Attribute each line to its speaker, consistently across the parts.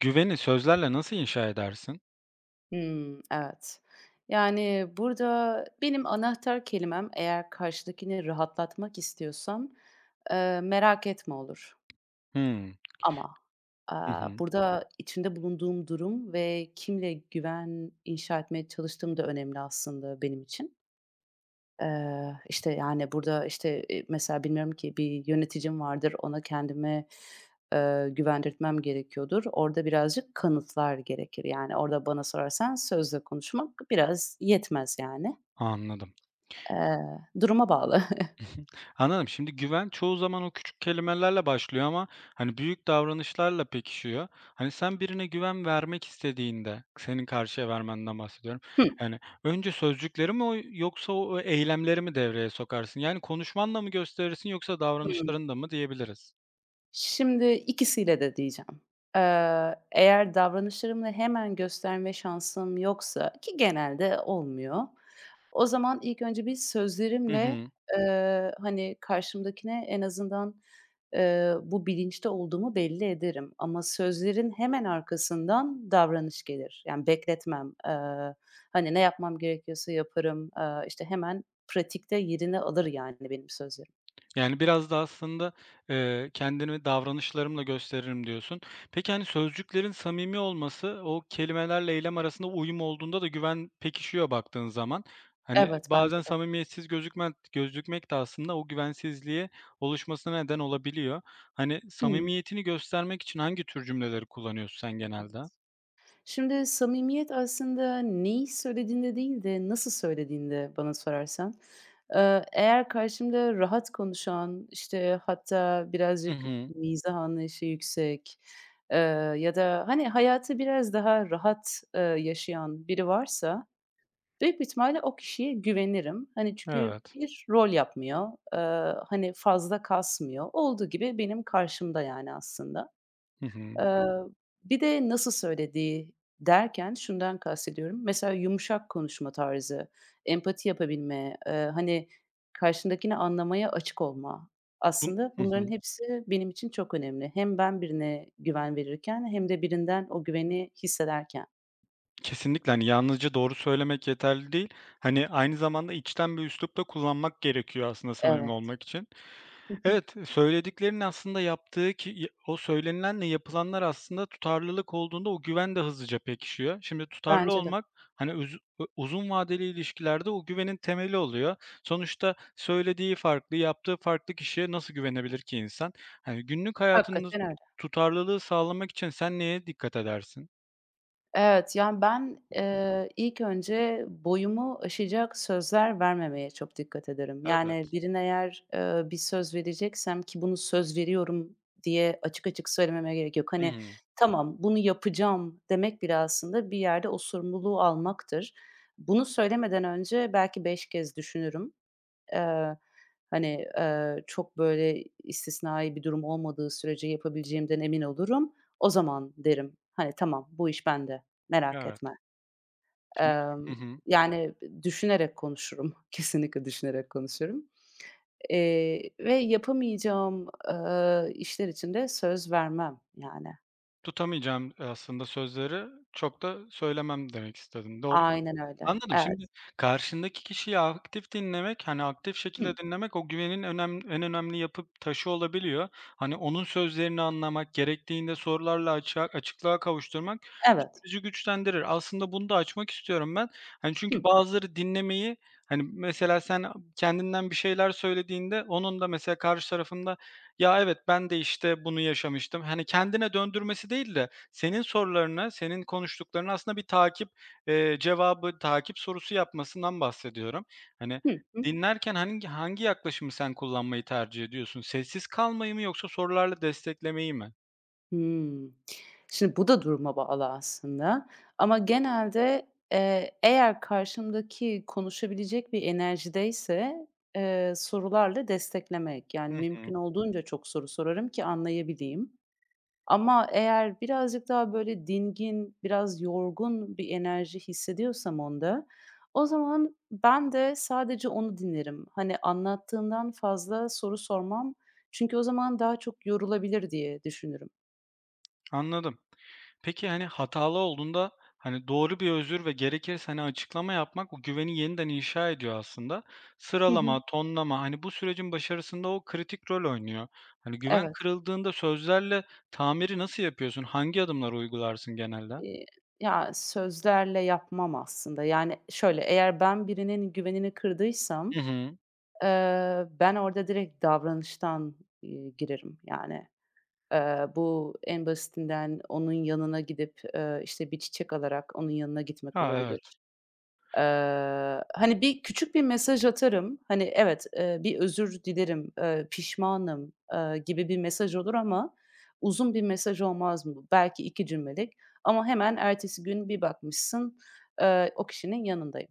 Speaker 1: Güveni sözlerle nasıl inşa edersin?
Speaker 2: Hmm, evet. Yani, burada benim anahtar kelimem eğer karşıdakini rahatlatmak istiyorsam, "Merak etme." olur
Speaker 1: Hımm.
Speaker 2: ama,
Speaker 1: Hı hı.
Speaker 2: burada içinde bulunduğum durum ve kimle güven inşa etmeye çalıştığım da önemli aslında benim için. İşte, yani, burada, işte, mesela bilmiyorum ki bir yöneticim vardır, ona kendimi, güvendirtmem gerekiyordur. Orada birazcık kanıtlar gerekir. Yani, orada bana sorarsan sözle konuşmak biraz yetmez, yani.
Speaker 1: Anladım.
Speaker 2: Eee, duruma bağlı.
Speaker 1: Anladım. Şimdi güven çoğu zaman o küçük kelimelerle başlıyor ama, hani, büyük davranışlarla pekişiyor. Hani, sen birine güven vermek istediğinde, senin karşıya vermenden bahsediyorum,
Speaker 2: Hı,
Speaker 1: yani, önce sözcükleri mi yoksa o eylemleri mi devreye sokarsın? Yani, konuşmanla mı gösterirsin yoksa
Speaker 2: hı.
Speaker 1: davranışlarında mı diyebiliriz?
Speaker 2: Şimdi ikisiyle de diyeceğim. Eğer davranışlarımla hemen gösterme şansım yoksa ki genelde olmuyor. O zaman ilk önce bir
Speaker 1: Hı
Speaker 2: sözlerimle,
Speaker 1: hı.
Speaker 2: hani, karşımdakine en azından, bu bilinçte olduğumu belli ederim ama sözlerin hemen arkasından davranış gelir. Yani bekletmem. Hani, ne yapmam gerekiyorsa yaparım. İşte, hemen pratikte yerini alır yani benim sözlerim.
Speaker 1: Yani, biraz da aslında, kendimi davranışlarımla gösteririm diyorsun. Peki, hani, sözcüklerin samimi olması, o kelimelerle eylem arasında uyum olduğunda da güven pekişiyor baktığın zaman. Hani,
Speaker 2: Evet, bence
Speaker 1: bazen
Speaker 2: de.
Speaker 1: samimiyetsiz gözükmek de aslında o güvensizliğe oluşmasına neden olabiliyor. Hani,
Speaker 2: Hımm.
Speaker 1: samimiyetini göstermek için hangi tür cümleleri kullanıyorsun sen
Speaker 2: Evet.
Speaker 1: genelde?
Speaker 2: Şimdi samimiyet aslında neyi söylediğinde değil de nasıl söylediğinde bana sorarsan. Eğer karşımda rahat konuşan, işte, hatta
Speaker 1: Hı
Speaker 2: birazcık
Speaker 1: hı.
Speaker 2: mizah anlayışı yüksek, eee, ya da, hani, hayatı biraz daha rahat, yaşayan biri varsa büyük bir ihtimalle o kişiye güvenirim. Hani, çünkü
Speaker 1: Evet.
Speaker 2: bir rol yapmıyor, hani, fazla kasmıyor. Olduğu gibi benim karşımda yani aslında.
Speaker 1: Hı hı.
Speaker 2: Eee, bir de nasıl söylediği derken şundan kastediyorum. Mesela yumuşak konuşma tarzı, empati yapabilme, hani, karşındakini anlamaya açık olma. Aslında
Speaker 1: Hı
Speaker 2: bunların
Speaker 1: hı.
Speaker 2: hepsi benim için çok önemli. Hem ben birine güven verirken hem de birinden o güveni hissederken.
Speaker 1: Kesinlikle, hani, yalnızca doğru söylemek yeterli değil. Hani, aynı zamanda içten bir üslup da kullanmak gerekiyor aslında samimi
Speaker 2: Evet.
Speaker 1: olmak için.
Speaker 2: Hı hı.
Speaker 1: Evet, söylediklerinin aslında yaptığı ki o söylenilenle yapılanlar aslında tutarlılık olduğunda o güven de hızlıca pekişiyor. Şimdi tutarlı
Speaker 2: Bence de.
Speaker 1: olmak, hani, uzun vadeli ilişkilerde o güvenin temeli oluyor. Sonuçta söylediği farklı, yaptığı farklı kişiye nasıl güvenebilir ki insan? Hani, günlük hayatında
Speaker 2: Hakikaten öyle.
Speaker 1: tutarlılığı sağlamak için sen neye dikkat edersin?
Speaker 2: Evet, yani, ben, ilk önce boyumu aşacak sözler vermemeye çok dikkat ederim. Yani,
Speaker 1: Evet.
Speaker 2: birine eğer, bir söz vereceksem ki bunu söz veriyorum diye açık açık söylememe gerek yok.
Speaker 1: Hı
Speaker 2: Hani,
Speaker 1: hı.
Speaker 2: tamam, bunu yapacağım demek bile aslında bir yerde o sorumluluğu almaktır. Bunu söylemeden önce belki 5 kez düşünürüm. Eee, hani, çok böyle istisnai bir durum olmadığı sürece yapabileceğimden emin olurum. O zaman derim, hani, "Tamam, bu iş bende, merak
Speaker 1: Evet.
Speaker 2: etme."
Speaker 1: Şimdi Hı
Speaker 2: Emm,
Speaker 1: hı.
Speaker 2: yani, düşünerek konuşurum. Kesinlikle düşünerek konuşurum. Ve yapamayacağım, işler için de söz vermem, yani.
Speaker 1: Tutamayacağım aslında sözleri çok da söylemem demek istedim. Doğru.
Speaker 2: Aynen öyle.
Speaker 1: Anladım. Şimdi
Speaker 2: Evet.
Speaker 1: karşındaki kişiyi aktif dinlemek, hani, aktif
Speaker 2: Hı.
Speaker 1: şekilde dinlemek o güvenin en önemli yapı taşı olabiliyor. Hani, onun sözlerini anlamak, gerektiğinde sorularla açıklığa kavuşturmak
Speaker 2: Evet.
Speaker 1: süreci güçlendirir. Aslında bunu da açmak istiyorum ben. Hani,
Speaker 2: Hı.
Speaker 1: çünkü bazıları dinlemeyi, hani, mesela sen kendinden bir şeyler söylediğinde onun da mesela karşı tarafında, "Ya, evet, ben de, işte, bunu yaşamıştım." Hani, kendine döndürmesi değil de senin sorularını, senin konuştuklarını aslında bir takip... cevabı takip sorusu yapmasından bahsediyorum. Hani,
Speaker 2: Hı hı.
Speaker 1: dinlerken hangi yaklaşımı sen kullanmayı tercih ediyorsun? Sessiz kalmayı mı yoksa sorularla desteklemeyi mi?
Speaker 2: Hımm. Şimdi bu da duruma bağlı aslında ama genelde, eğer karşımdaki konuşabilecek bir enerjideyse, sorularla desteklemek, yani,
Speaker 1: Hı
Speaker 2: mümkün
Speaker 1: hı.
Speaker 2: olduğunca çok soru sorarım ki anlayabileyim. Ama eğer birazcık daha, böyle, dingin, biraz yorgun bir enerji hissediyorsam onda, o zaman ben de sadece onu dinlerim. Hani, anlattığından fazla soru sormam çünkü o zaman daha çok yorulabilir diye düşünürüm.
Speaker 1: Anladım. Peki, hani, hatalı olduğunda, hani, doğru bir özür ve gerekirse, hani, açıklama yapmak o güveni yeniden inşa ediyor aslında. Sıralama, tonlama, hani, bu sürecin başarısında o kritik rol oynuyor. Hani, güven
Speaker 2: Evet.
Speaker 1: kırıldığında sözlerle tamiri nasıl yapıyorsun? Hangi adımları uygularsın genelde?
Speaker 2: İii, ya, sözlerle yapmam aslında. Yani, şöyle, eğer ben birinin güvenini kırdıysam,
Speaker 1: Hı hı.
Speaker 2: ben orada direkt davranıştan, girerim. Yani, bu en basitinden onun yanına gidip, işte, bir çiçek alarak onun yanına gitmek
Speaker 1: A, evet.
Speaker 2: olabilir. Hani, bir küçük bir mesaj atarım. Hani, evet, bir özür dilerim, pişmanım, gibi bir mesaj olur ama uzun bir mesaj olmaz mı? Belki 2 cümlelik ama hemen ertesi gün bir bakmışsın, o kişinin yanındayım.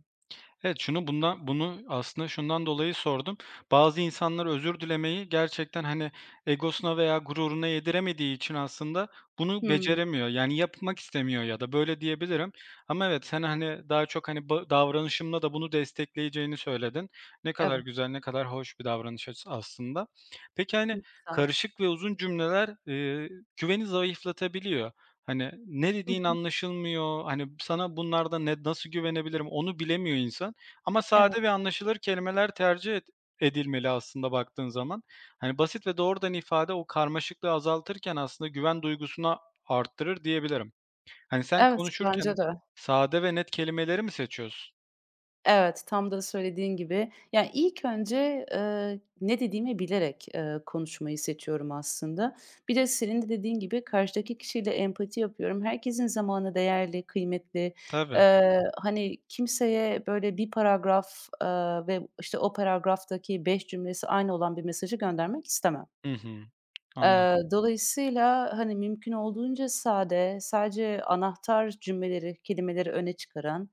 Speaker 1: Evet, şunu bundan bunu aslında şundan dolayı sordum. Bazı insanlar özür dilemeyi gerçekten, hani, egosuna veya gururuna yediremediği için aslında bunu
Speaker 2: Hımm,
Speaker 1: beceremiyor. Yani yapmak istemiyor ya da böyle diyebilirim. Ama evet, sen, hani, daha çok, hani, davranışımla da bunu destekleyeceğini söyledin. Ne kadar
Speaker 2: evet.
Speaker 1: güzel, ne kadar hoş bir davranış açısı aslında. Peki,
Speaker 2: Hı,
Speaker 1: hani,
Speaker 2: sağ ol.
Speaker 1: karışık ve uzun cümleler, güveni zayıflatabiliyor. Hani, ne
Speaker 2: Hı
Speaker 1: dediğin
Speaker 2: hı.
Speaker 1: anlaşılmıyor, hani, sana bunlarda ne nasıl güvenebilirim onu bilemiyor insan. Ama sade ve
Speaker 2: Evet.
Speaker 1: anlaşılır kelimeler tercih edilmeli aslında baktığın zaman. Hani, basit ve doğrudan ifade o karmaşıklığı azaltırken aslında güven duygusuna arttırır diyebilirim. Hani, sen
Speaker 2: Evet,
Speaker 1: konuşurken
Speaker 2: bence de.
Speaker 1: sade ve net kelimeleri mi seçiyorsun?
Speaker 2: Evet, tam da söylediğin gibi. Yani ilk önce, ne dediğimi bilerek, konuşmayı seçiyorum aslında. Bir de senin de dediğin gibi karşıdaki kişiyle empati yapıyorum. Herkesin zamanı değerli, kıymetli.
Speaker 1: Tabii.
Speaker 2: Hani, kimseye böyle bir paragraf, ve, işte, o paragraftaki 5 cümlesi aynı olan bir mesajı göndermek istemem.
Speaker 1: Hı hı. Anladım.
Speaker 2: Dolayısıyla, hani, mümkün olduğunca sade, sadece anahtar cümleleri, kelimeleri öne çıkaran,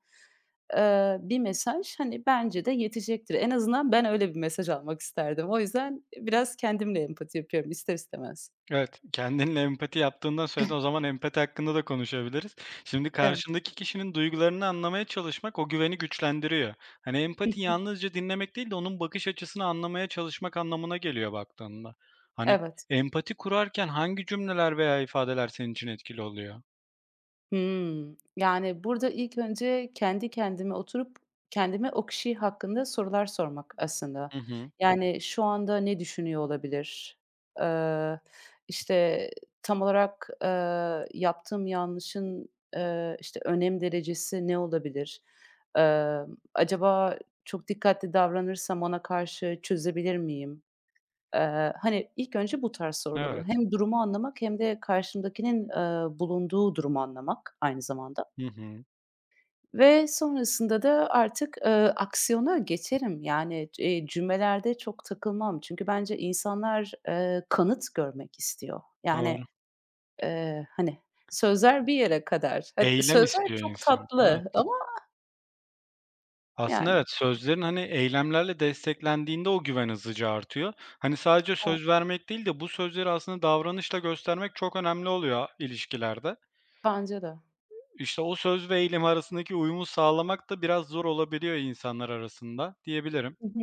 Speaker 2: bir mesaj, hani, bence de yetecektir. En azından ben öyle bir mesaj almak isterdim. O yüzden biraz kendimle empati yapıyorum ister istemez.
Speaker 1: Evet, kendinle empati yaptığından söyledin. O zaman empati hakkında da konuşabiliriz. Şimdi
Speaker 2: Evet.
Speaker 1: karşındaki kişinin duygularını anlamaya çalışmak o güveni güçlendiriyor. Hani empati yalnızca dinlemek değil de onun bakış açısını anlamaya çalışmak anlamına geliyor baktığında. Hani
Speaker 2: Evet.
Speaker 1: empati kurarken hangi cümleler veya ifadeler senin için etkili oluyor?
Speaker 2: Hımm. Yani, burada ilk önce kendi kendime oturup kendime o kişi hakkında sorular sormak aslında.
Speaker 1: Hı hı.
Speaker 2: Yani, şu anda ne düşünüyor olabilir? Eee, işte, tam olarak, yaptığım yanlışın, işte, önem derecesi ne olabilir? Acaba çok dikkatli davranırsam ona karşı çözebilir miyim? Hani, ilk önce bu tarz sorular olur.
Speaker 1: Evet.
Speaker 2: Hem durumu anlamak hem de karşımdakinin, bulunduğu durumu anlamak aynı zamanda
Speaker 1: Hı hı.
Speaker 2: ve sonrasında da artık, aksiyona geçerim. Yani, cümlelerde çok takılmam. Çünkü bence insanlar, kanıt görmek istiyor. Yani,
Speaker 1: Doğru.
Speaker 2: hani, sözler bir yere kadar. Hat
Speaker 1: Eylem
Speaker 2: sözler
Speaker 1: istiyor
Speaker 2: çok
Speaker 1: insan. Evet.
Speaker 2: tatlı ama
Speaker 1: Aslında
Speaker 2: yani.
Speaker 1: evet, sözlerin, hani, eylemlerle desteklendiğinde o güven hızlıca artıyor. Hani, sadece
Speaker 2: Evet,
Speaker 1: söz vermek değil de bu sözleri aslında davranışla göstermek çok önemli oluyor ilişkilerde.
Speaker 2: bence de.
Speaker 1: İşte, o söz ve eylem arasındaki uyumu sağlamak da biraz zor olabiliyor insanlar arasında diyebilirim.
Speaker 2: Hı hı.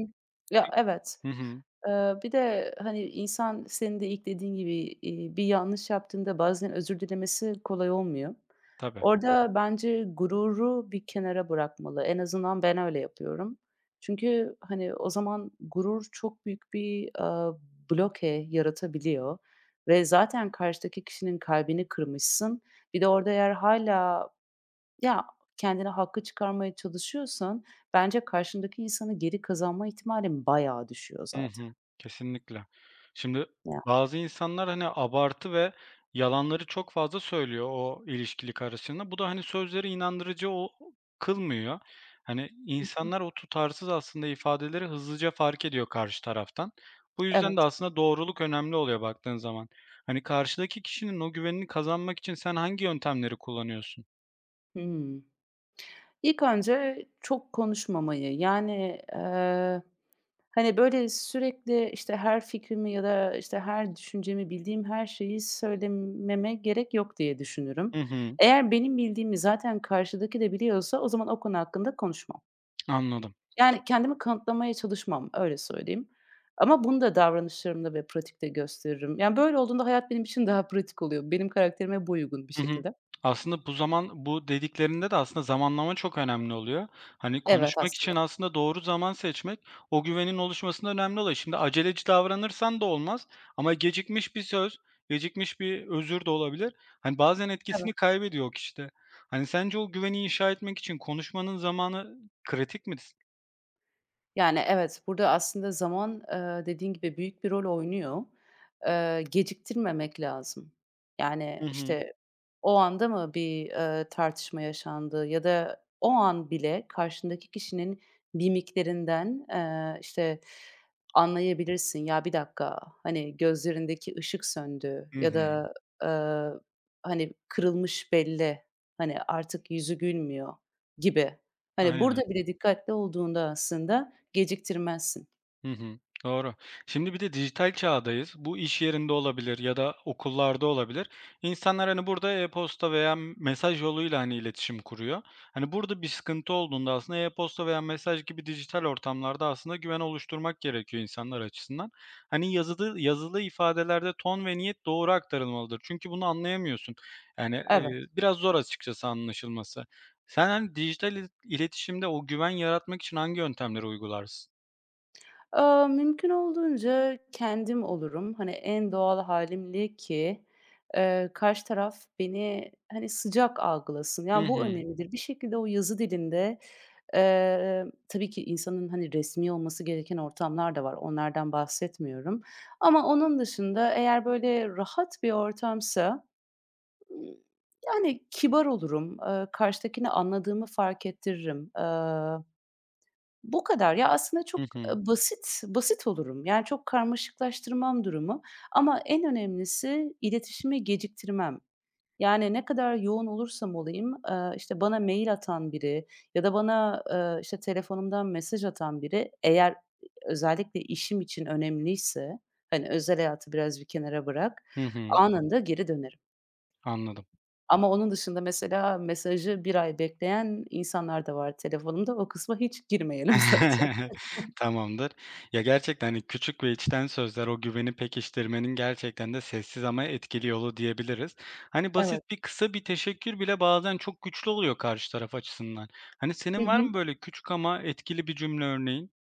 Speaker 2: Ya, evet.
Speaker 1: Hı hı.
Speaker 2: Bir de, hani, insan senin de ilk dediğin gibi, bir yanlış yaptığında bazen özür dilemesi kolay olmuyor.
Speaker 1: Tabii.
Speaker 2: Orada bence gururu bir kenara bırakmalı. En azından ben öyle yapıyorum. Çünkü, hani, o zaman gurur çok büyük bir, bloke yaratabiliyor ve zaten karşıdaki kişinin kalbini kırmışsın. Bir de orada eğer hâlâ, ya, kendine haklı çıkarmaya çalışıyorsan bence karşındaki insanı geri kazanma ihtimalin bayağı düşüyor
Speaker 1: Hı
Speaker 2: zaten.
Speaker 1: hı. Kesinlikle. Şimdi bazı insanlar, hani, abartı ve yalanları çok fazla söylüyor o ilişkili karısına. Bu da, hani, sözleri inandırıcı kılmıyor. Hani, insanlar o tutarsız aslında ifadeleri hızlıca fark ediyor karşı taraftan. Bu yüzden de
Speaker 2: Evet.
Speaker 1: aslında doğruluk önemli oluyor baktığın zaman. Hani, karşıdaki kişinin o güvenini kazanmak için sen hangi yöntemleri kullanıyorsun?
Speaker 2: Hımm. İlk önce çok konuşmamayı, yani, hani, böyle, sürekli, işte, her fikrimi ya da, işte, her düşüncemi, bildiğim her şeyi söylememe gerek yok diye düşünürüm.
Speaker 1: Hı hı.
Speaker 2: Eğer benim bildiğimi zaten karşıdaki de biliyorsa o zaman o konu hakkında konuşmam.
Speaker 1: Anladım.
Speaker 2: Yani, kendimi kanıtlamaya çalışmam, öyle söyleyeyim. Ama bunu da davranışlarımda ve pratikte gösteririm. Yani, böyle olduğunda hayat benim için daha pratik oluyor. Benim karakterime bu uygun bir
Speaker 1: Hı hı.
Speaker 2: şekilde.
Speaker 1: Aslında bu dediklerinde de aslında zamanlama çok önemli oluyor. Hani,
Speaker 2: Evet,
Speaker 1: konuşmak
Speaker 2: aslında.
Speaker 1: için aslında doğru zaman seçmek o güvenin oluşmasında önemli oluyor. Şimdi aceleci davranırsan da olmaz ama gecikmiş bir söz, gecikmiş bir özür de olabilir. Hani, bazen
Speaker 2: Evet.
Speaker 1: etkisini kaybediyor o kişide. Hani, sence o güveni inşa etmek için konuşmanın zamanı kritik mi?
Speaker 2: Yani, evet, burada aslında zaman, dediğin gibi büyük bir rol oynuyor. Geciktirmemek lazım. Yani,
Speaker 1: Hı hı.
Speaker 2: işte, o anda mı bir, tartışma yaşandı ya da o an bile karşındaki kişinin mimiklerinden, işte, anlayabilirsin, "Ya, bir dakika, hani, gözlerindeki ışık söndü."
Speaker 1: Hı
Speaker 2: ya
Speaker 1: hı.
Speaker 2: da, eee, hani, "Kırılmış belli, hani, artık yüzü gülmüyor." gibi. Hani, burada
Speaker 1: Aynen.
Speaker 2: bile dikkatli olduğunda aslında geciktirmezsin.
Speaker 1: Hı hı. Doğru. Şimdi bir de dijital çağdayız. Bu iş yerinde olabilir ya da okullarda olabilir. İnsanlar hani burada e-posta veya mesaj yoluyla hani iletişim kuruyor. Hani burada bir sıkıntı olduğunda aslında e-posta veya mesaj gibi dijital ortamlarda aslında güven oluşturmak gerekiyor insanlar açısından. Hani yazılı ifadelerde ton ve niyet doğru aktarılmalıdır. Çünkü bunu anlayamıyorsun. Yani
Speaker 2: Evet.
Speaker 1: biraz zor açıkçası anlaşılması. Sen hani dijital iletişimde o güven yaratmak için hangi yöntemleri uygularsın?
Speaker 2: Mümkün olduğunca kendim olurum. Hani, en doğal hâlimle ki, karşı taraf beni, hani, sıcak algılasın.
Speaker 1: Hı
Speaker 2: Yani, bu
Speaker 1: hı.
Speaker 2: önemlidir. Bir şekilde o yazı dilinde, tabii ki insanın, hani, resmî olması gereken ortamlar da var, onlardan bahsetmiyorum ama onun dışında eğer böyle rahat bir ortamsa, ımm, yani, kibar olurum, karşıdakini anladığımı fark ettiririm. Bu kadar. Ya, aslında çok,
Speaker 1: Hı hı.
Speaker 2: basit, basit olurum. Yani, çok karmaşıklaştırmam durumu ama en önemlisi iletişimi geciktirmem. Yani, ne kadar yoğun olursam olayım, işte, bana mail atan biri ya da bana, işte, telefonumdan mesaj atan biri eğer özellikle işim için önemliyse, hani, özel hayatı biraz bir kenara bırak,
Speaker 1: Hı hı.
Speaker 2: anında geri dönerim.
Speaker 1: Anladım.
Speaker 2: Ama onun dışında mesela mesajı bir ay bekleyen insanlar da var telefonumda. O kısma hiç girmeyelim zaten.
Speaker 1: Tamamdır. Ya, gerçekten, hani, küçük ve içten sözler o güveni pekiştirmenin gerçekten de sessiz ama etkili yolu diyebiliriz. Hani,
Speaker 2: Evet.
Speaker 1: basit bir kısa bir teşekkür bile bazen çok güçlü oluyor karşı taraf açısından. Hani,
Speaker 2: Hı
Speaker 1: senin var
Speaker 2: hı.
Speaker 1: mı böyle küçük ama etkili bir cümle örneğin?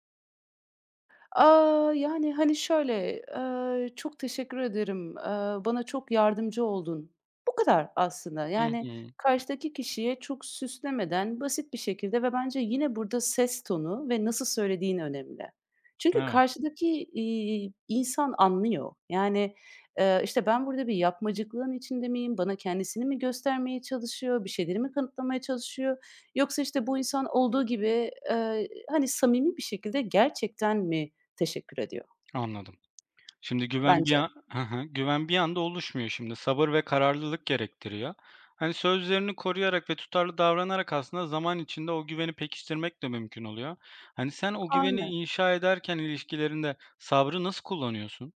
Speaker 2: Yani, hani, şöyle, "Çok teşekkür ederim, bana çok yardımcı oldun." Bu kadar aslında.
Speaker 1: Hı
Speaker 2: Yani,
Speaker 1: hı.
Speaker 2: karşıdaki kişiye çok süslemeden, basit bir şekilde ve bence yine burada ses tonu ve nasıl söylediğin önemli. Çünkü
Speaker 1: Evet,
Speaker 2: karşıdaki, insan anlıyor. Yani, işte, ben burada bir yapmacıklığın içinde miyim, bana kendisini mi göstermeye çalışıyor, bir şeyleri mi kanıtlamaya çalışıyor yoksa, işte, bu insan olduğu gibi, hani, samimi bir şekilde gerçekten mi teşekkür ediyor
Speaker 1: anladım. Şimdi güven bir
Speaker 2: bence.
Speaker 1: an Hı hı. Güven bir anda oluşmuyor şimdi. Sabır ve kararlılık gerektiriyor. Hani, sözlerini koruyarak ve tutarlı davranarak aslında zaman içinde o güveni pekiştirmek de mümkün oluyor. Hani, sen o güveni
Speaker 2: Aynen.
Speaker 1: inşa ederken ilişkilerinde sabrı nasıl kullanıyorsun?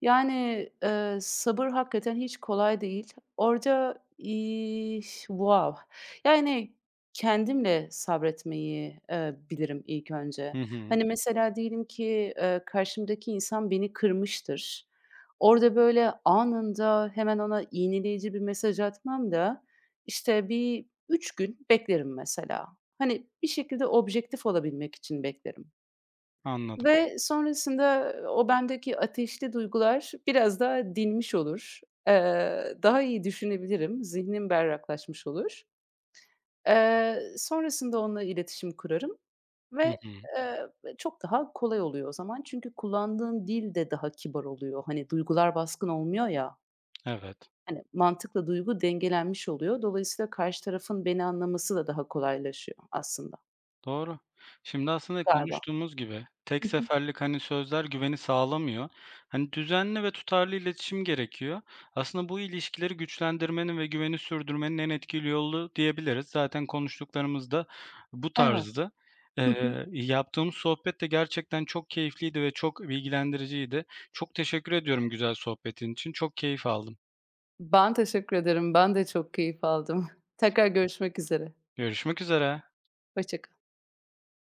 Speaker 2: Yani, sabır hakikaten hiç kolay değil. Orada, wow! Yani, kendimle sabretmeyi, bilirim ilk önce.
Speaker 1: Hı hı.
Speaker 2: Hani, mesela diyelim ki, karşımdaki insan beni kırmıştır. Orada, böyle, anında hemen ona iğneleyici bir mesaj atmam da, işte, bir 3 gün beklerim mesela. Hani, bir şekilde objektif olabilmek için beklerim.
Speaker 1: Anladım.
Speaker 2: Ve sonrasında o bendeki ateşli duygular biraz daha dinmiş olur. Daha iyi düşünebilirim, zihnim berraklaşmış olur. Sonrasında onunla iletişim kurarım
Speaker 1: Hı
Speaker 2: ve,
Speaker 1: hı.
Speaker 2: eee, çok daha kolay oluyor o zaman. Çünkü kullandığın dil de daha kibar oluyor. Hani, duygular baskın olmuyor ya,
Speaker 1: Evet.
Speaker 2: hani, mantıkla duygu dengelenmiş oluyor. Dolayısıyla karşı tarafın beni anlaması da daha kolaylaşıyor aslında
Speaker 1: Doğru. Şimdi aslında
Speaker 2: galiba.
Speaker 1: konuştuğumuz gibi tek
Speaker 2: Hı hı.
Speaker 1: seferlik, hani, sözler güveni sağlamıyor. Hani, düzenli ve tutarlı iletişim gerekiyor. Aslında bu ilişkileri güçlendirmenin ve güveni sürdürmenin en etkili yolu diyebiliriz. Zaten konuştuklarımız da bu
Speaker 2: Evet.
Speaker 1: tarzdı.
Speaker 2: Hı hı.
Speaker 1: Yaptığımız sohbet de gerçekten çok keyifliydi ve çok bilgilendiriciydi. Çok teşekkür ediyorum güzel sohbetin için. Çok keyif aldım.
Speaker 2: Ben teşekkür ederim. Ben de çok keyif aldım. Tekrar görüşmek üzere.
Speaker 1: Görüşmek üzere.
Speaker 2: Hoşça kal.